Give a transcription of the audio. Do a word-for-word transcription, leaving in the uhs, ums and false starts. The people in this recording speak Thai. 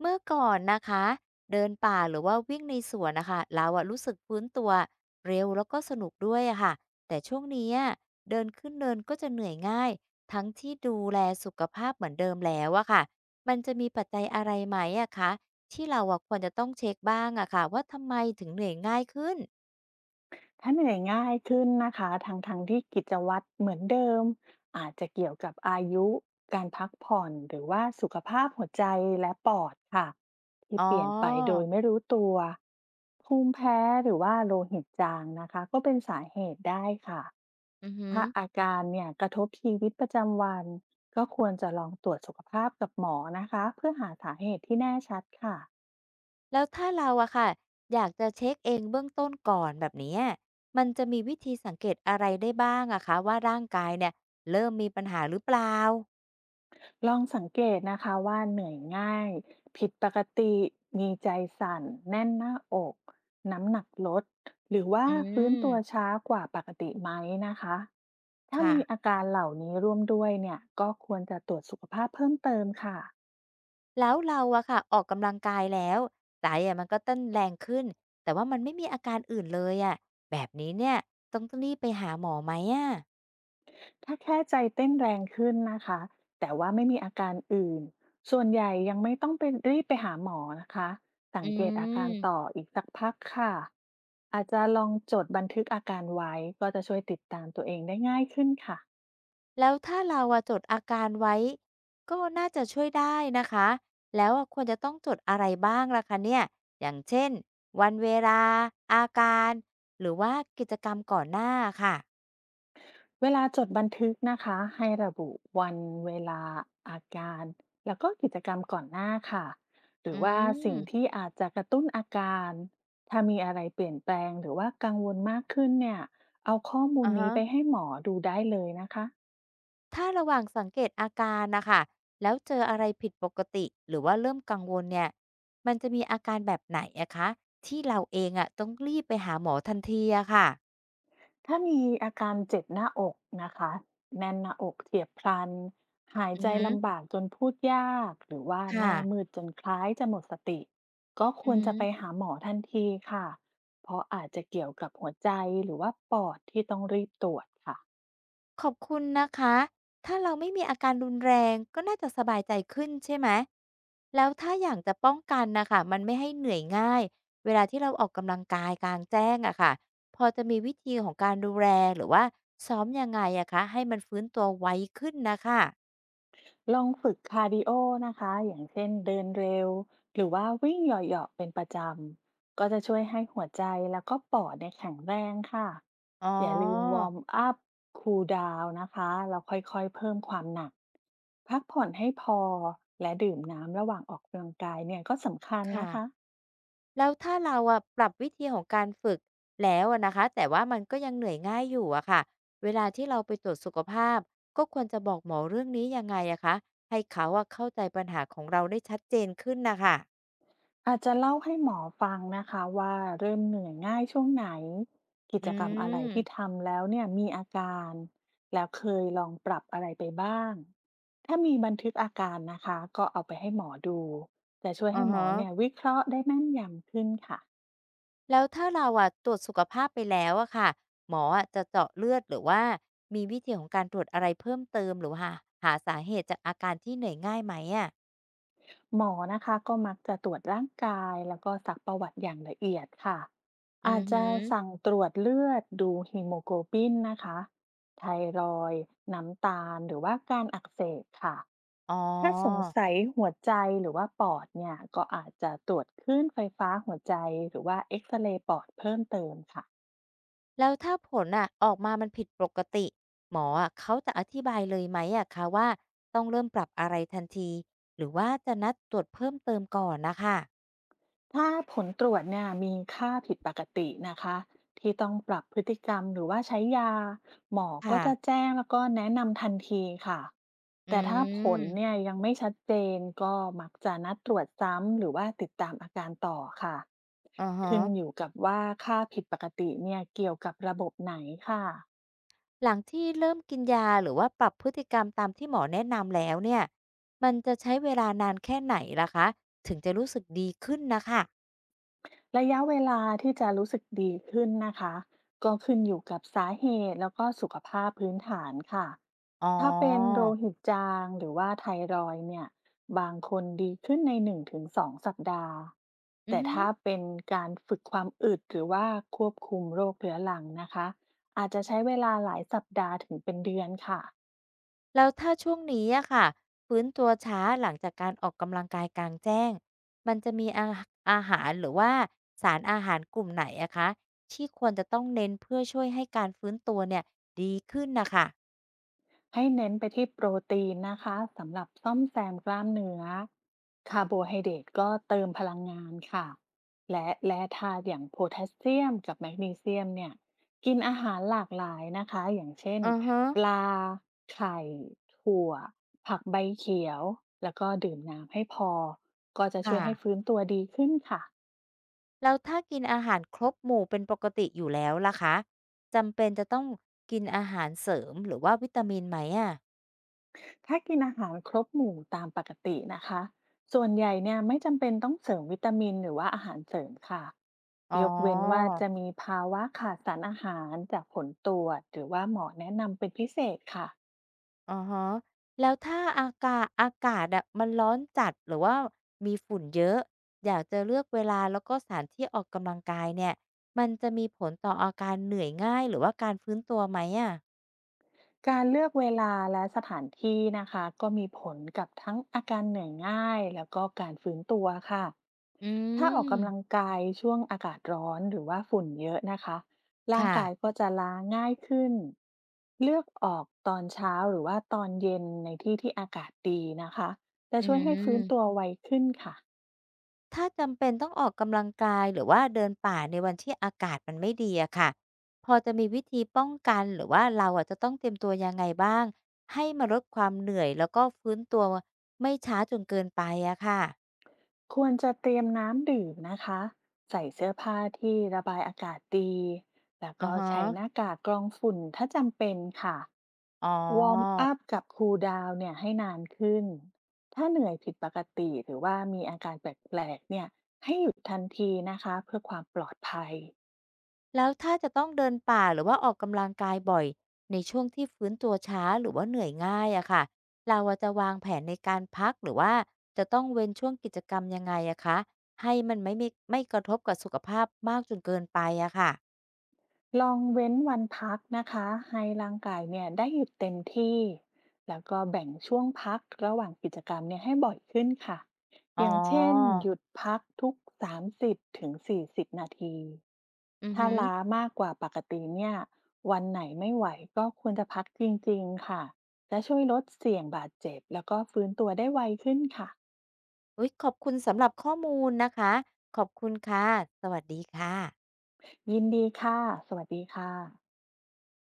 เมื่อก่อนนะคะเดินป่าหรือว่าวิ่งในสวนนะคะเราอะรู้สึกฟื้นตัวเร็วแล้วก็สนุกด้วยอะค่ะแต่ช่วงนี้อะเดินขึ้นเนินก็จะเหนื่อยง่ายทั้งที่ดูแลสุขภาพเหมือนเดิมแล้วอะค่ะมันจะมีปัจจัยอะไรไหมอะคะที่เราอะควรจะต้องเช็คบ้างอะค่ะว่าทำไมถึงเหนื่อยง่ายขึ้นถ้าเหนื่อยง่ายขึ้นนะคะทั้งทงที่กิจวัตรเหมือนเดิมอาจจะเกี่ยวกับอายุการพักผ่อนหรือว่าสุขภาพหัวใจและปอดค่ะที่อ๋อเปลี่ยนไปโดยไม่รู้ตัวภูมิแพ้หรือว่าโลหิตจางนะคะก็เป็นสาเหตุได้ค่ะอือฮอ ถ้าอาการเนี่ยกระทบชีวิตประจำวันก็ควรจะลองตรวจสุขภาพกับหมอนะคะเพื่อหาสาเหตุที่แน่ชัดค่ะ แล้วถ้าเราอะค่ะอยากจะเช็คเองเบื้องต้นก่อนแบบเนี้ยมันจะมีวิธีสังเกตอะไรได้บ้างอะคะว่าร่างกายเนี่ยเริ่มมีปัญหาหรือเปล่า ลองสังเกตนะคะว่าเหนื่อยง่ายผิดปกติมีใจสั่นแน่นหน้าอกน้ำหนักลดหรือว่าอืฟื้นม ตัวช้ากว่าปกติไหมนะคะถ้ามีอาค่ะ การเหล่านี้ร่วมด้วยเนี่ยก็ควรจะตรวจสุขภาพเพิ่มเติมค่ะ แล้วเราอะค่ะออกกำลังกายแล้วใจอะมันก็เต้นแรงขึ้น แต่ว่ามันไม่มีอาการอื่นเลยอะแบบนี้เนี่ยต้องต้องรีบไปหาหมอไหมอะถ้าแค่ใจเต้นแรงขึ้นนะคะ แต่ว่าไม่มีอาการอื่น ส่วนใหญ่ยังไม่ต้องไปรีบไปหาหมอนะคะ สัอืงเกตอาการต่อม อีกสักพักค่ะ อาจจะลองจดบันทึกอาการไว้ก็จะช่วยติดตามตัวเองได้ง่ายขึ้นค่ะ แล้วถ้าเราอะจดอาการไว้ก็น่าจะช่วยได้นะคะแล้วอะควรจะต้องจดอะไรบ้างล่ะคะเนี่ยอย่างเช่นวันเวลาอาการหรือว่ากิจกรรมก่อนหน้าค่ะเวลาจดบันทึกนะคะให้ระบุวันเวลาอาการแล้วก็กิจกรรมก่อนหน้าค่ะหรือือว่ามสิ่งที่อาจจะกระตุ้นอาการถ้ามีอะไรเปลี่ยนแปลงหรือว่ากังวลมากขึ้นเนี่ยเอาข้อมูลอะนี้ฮะไปให้หมอดูได้เลยนะคะ ถ้าระหว่างสังเกตอาการนะคะแล้วเจออะไรผิดปกติหรือว่าเริ่มกังวลเนี่ยมันจะมีอาการแบบไหนอะคะที่เราเองอะต้องรีบไปหาหมอทันทีอะค่ะถ้ามีอาการเจ็บหน้าอกนะคะแน่นหน้าอกเฉียบพลันหายอืใจอฮลำบากจนพูดยากหรือึว่าหค่ะน้ามืดจนคล้ายจะหมดสติก็คอือวรฮึ จะไปหาหมอทันทีค่ะเพราะอาจจะเกี่ยวกับหัวใจหรือว่าปอดที่ต้องรีบตรวจค่ะ ขอบคุณนะคะ ถ้าเราไม่มีอาการรุนแรงก็น่าจะสบายใจขึ้นใช่ไหม แล้วถ้าอยากจะป้องกันนะคะมันไม่ให้เหนื่อยง่ายเวลาที่เราออกกำลังกายกลางแจ้งอะค่ะพอจะมีวิธีของการดูแลหรือว่าซ้อมยังไงอะคะให้มันฟื้นตัวไวขึ้นนะคะ ลองฝึกคาร์ดิโอนะคะอย่างเช่นเดินเร็วหรือว่าวิ่งเหยาะๆเป็นประจำก็จะช่วยให้หัวใจแล้วก็ปอดเนี่ยแข็งแรงค่ะอ๋ออย่าลืมวอร์มอัพคูลดาวน์นะคะแล้วค่อยๆเพิ่มความหนักพักผ่อนให้พอและดื่มน้ำระหว่างออกกำลังกายเนี่ยก็สำคัญค่ะ นะคะ แล้วถ้าเราอะปรับวิธีของการฝึกแล้วอะนะคะแต่ว่ามันก็ยังเหนื่อยง่ายอยู่อะค่ะเวลาที่เราไปตรวจสุขภาพก็ควรจะบอกหมอเรื่องนี้ยังไงอะคะให้เขาอะเข้าใจปัญหาของเราได้ชัดเจนขึ้นนะค่ะอาจจะเล่าให้หมอฟังนะคะว่าเริ่มเหนื่อยง่ายช่วงไหนกิอืจกรรมอะไรมที่ทำแล้วเนี่ยมีอาการแล้วเคยลองปรับอะไรไปบ้างถ้ามีบันทึกอาการนะคะก็เอาไปให้หมอดูจะช่วยอะให้หมอฮะเนี่ยวิเคราะห์ได้แม่นยำขึ้นค่ะแล้วถ้าเราอะตรวจสุขภาพไปแล้วอะค่ะหมออะจะเจาะเลือดหรือว่ามีวิธีของการตรวจอะไรเพิ่มเติมหรือว่าหาหาสาเหตุจากอาการที่เหนื่อยง่ายไหมอะหมอนะคะก็มักจะตรวจร่างกายแล้วก็สักประวัติอย่างละเอียดค่ะอือาอจหืจะอสั่งตรวจเลือดดูฮีโมโกลบินนะคะไทรอยด์น้ำตาลหรือว่าการอักเสบค่ะ อ๋อ ถ้าสงสัยหัวใจหรือว่าปอดเนี่ยก็อาจจะตรวจคลื่นไฟฟ้าหัวใจหรือว่าเอ็กซเรย์ปอดเพิ่มเติมค่ะแล้วถ้าผลอ่ะออกมามันผิดปกติหมออะเขาจะอธิบายเลยไหมอะคะว่าต้องเริ่มปรับอะไรทันทีหรือว่าจะนัดตรวจเพิ่มเติมก่อนนะคะถ้าผลตรวจเนี่ยมีค่าผิดปกตินะคะที่ต้องปรับพฤติกรรมหรือว่าใช้ยาหมอก็ค่ะจะแจ้งแล้วก็แนะนำทันทีค่ะอืแต่ถ้าผลเนี่มยยังไม่ชัดเจนก็มักจะนัดตรวจซ้ำหรือว่าติดตามอาการต่อค่ะอาฮะขึ้นอยู่กับว่าค่าผิดปกติเนี่ยเกี่ยวกับระบบไหนค่ะ หลังที่เริ่มกินยาหรือว่าปรับพฤติกรรมตามที่หมอแนะนำแล้วเนี่ยมันจะใช้เวลานานแค่ไหนล่ะคะถึงจะรู้สึกดีขึ้นนะคะระยะเวลาที่จะรู้สึกดีขึ้นนะคะก็ขึ้นอยู่กับสาเหตุแล้วก็สุขภาพพื้นฐานค่ะอ๋อถ้าเป็นโลหิตจางหรือว่าไทรอยด์เนี่ยบางคนดีขึ้นในหนึ่งถึงสองสองสัปดาห์อือแต่ฮึ ถ้าเป็นการฝึกความอึดหรือว่าควบคุมโรคเรื้อรังนะคะอาจจะใช้เวลาหลายสัปดาห์ถึงเป็นเดือนค่ะ แล้วถ้าช่วงนี้อะค่ะฟื้นตัวช้าหลังจากการออกกำลังกายกลางแจ้งมันจะมีอาอาหารหรือว่าสารอาหารกลุ่มไหนอะคะที่ควรจะต้องเน้นเพื่อช่วยให้การฟื้นตัวเนี่ยดีขึ้นนะคะให้เน้นไปที่โปรตีนนะคะสำหรับซ่อมแซมกล้ามเนื้อคาร์โบไฮเดรตก็เติมพลังงานค่ะและแร่ธาตุอย่างโพแทสเซียมกับแมกนีเซียมเนี่ยกินอาหารหลากหลายนะคะอย่างเช่นอือฮะปลาไข่ถั่วผักใบเขียวแล้วก็ดื่มน้ำให้พอก็จะช่วยให้ค่ะฟื้นตัวดีขึ้นค่ะ แล้วถ้ากินอาหารครบหมู่เป็นปกติอยู่แล้วล่ะคะจำเป็นจะต้องกินอาหารเสริมหรือว่าวิตามินไหมอะถ้ากินอาหารครบหมู่ตามปกตินะคะส่วนใหญ่เนี่ยไม่จำเป็นต้องเสริมวิตามินหรือว่าอาหารเสริมค่ะอ๋อ ยกเว้นว่าจะมีภาวะขาดสารอาหารจากผลตรวจหรือว่าหมอแนะนำเป็นพิเศษค่ะ ออฮะแล้วถ้าอากาศอากาศอะมันร้อนจัดหรือว่ามีฝุ่นเยอะอยากจะเลือกเวลาแล้วก็สถานที่ออกกำลังกายเนี่ยมันจะมีผลต่ออาการเหนื่อยง่ายหรือว่าการฟื้นตัวไหมอะการเลือกเวลาและสถานที่นะคะก็มีผลกับทั้งอาการเหนื่อยง่ายแล้วก็การฟื้นตัวค่ะอืถ้าออกกำลังมกายช่วงอากาศร้อนหรือว่าฝุ่นเยอะนะคะร่างค่ะกายก็จะล้าง่ายขึ้นเลือกออกตอนเช้าหรือว่าตอนเย็นในที่ที่อากาศดีนะคะจะอืช่วยให้ฟื้นตัวมไวขึ้นค่ะ ถ้าจำเป็นต้องออกกำลังกายหรือว่าเดินป่าในวันที่อากาศมันไม่ดีอะค่ะพอจะมีวิธีป้องกันหรือว่าเราอะจะต้องเตรียมตัวยังไงบ้างให้มาลดความเหนื่อยแล้วก็ฟื้นตัวไม่ช้าจนเกินไปอะค่ะ ควรจะเตรียมน้ำดื่มนะคะใส่เสื้อผ้าที่ระบายอากาศดีแล้วอะก็ฮะใช้หน้ากากกรองฝุ่นถ้าจำเป็นค่ะอ๋อวอร์มอัพกับคูลดาวน์เนี่ยให้นานขึ้นถ้าเหนื่อยผิดปกติหรือว่ามีอาการแปลกๆเนี่ยให้หยุดทันทีนะคะเพื่อความปลอดภัย แล้วถ้าจะต้องเดินป่าหรือว่าออกกำลังกายบ่อยในช่วงที่ฟื้นตัวช้าหรือว่าเหนื่อยง่ายอะค่ะเราอะจะวางแผนในการพักหรือว่าจะต้องเว้นช่วงกิจกรรมยังไงอะคะให้มันไม่ไม่ไม่กระทบกับสุขภาพมากจนเกินไปอะค่ะลองเว้นวันพักนะคะให้ร่างกายเนี่ยได้หยุดเต็มที่แล้วก็แบ่งช่วงพักระหว่างกิจกรรมเนี่ยให้บ่อยขึ้นค่ะอ๋ออย่างเช่นหยุดพักทุกสามสิบถึงสี่สิบนาทีอือถ้าฮึล้าอมากกว่าปกติเนี่ยวันไหนไม่ไหวก็ควรจะพักจริงๆค่ะจะช่วยลดเสี่ยงบาดเจ็บแล้วก็ฟื้นตัวได้ไวขึ้นค่ะอุ๊ยขอบคุณสำหรับข้อมูลนะคะขอบคุณค่ะ สวัสดีค่ะยินดีค่ะสวัสดีค่ะ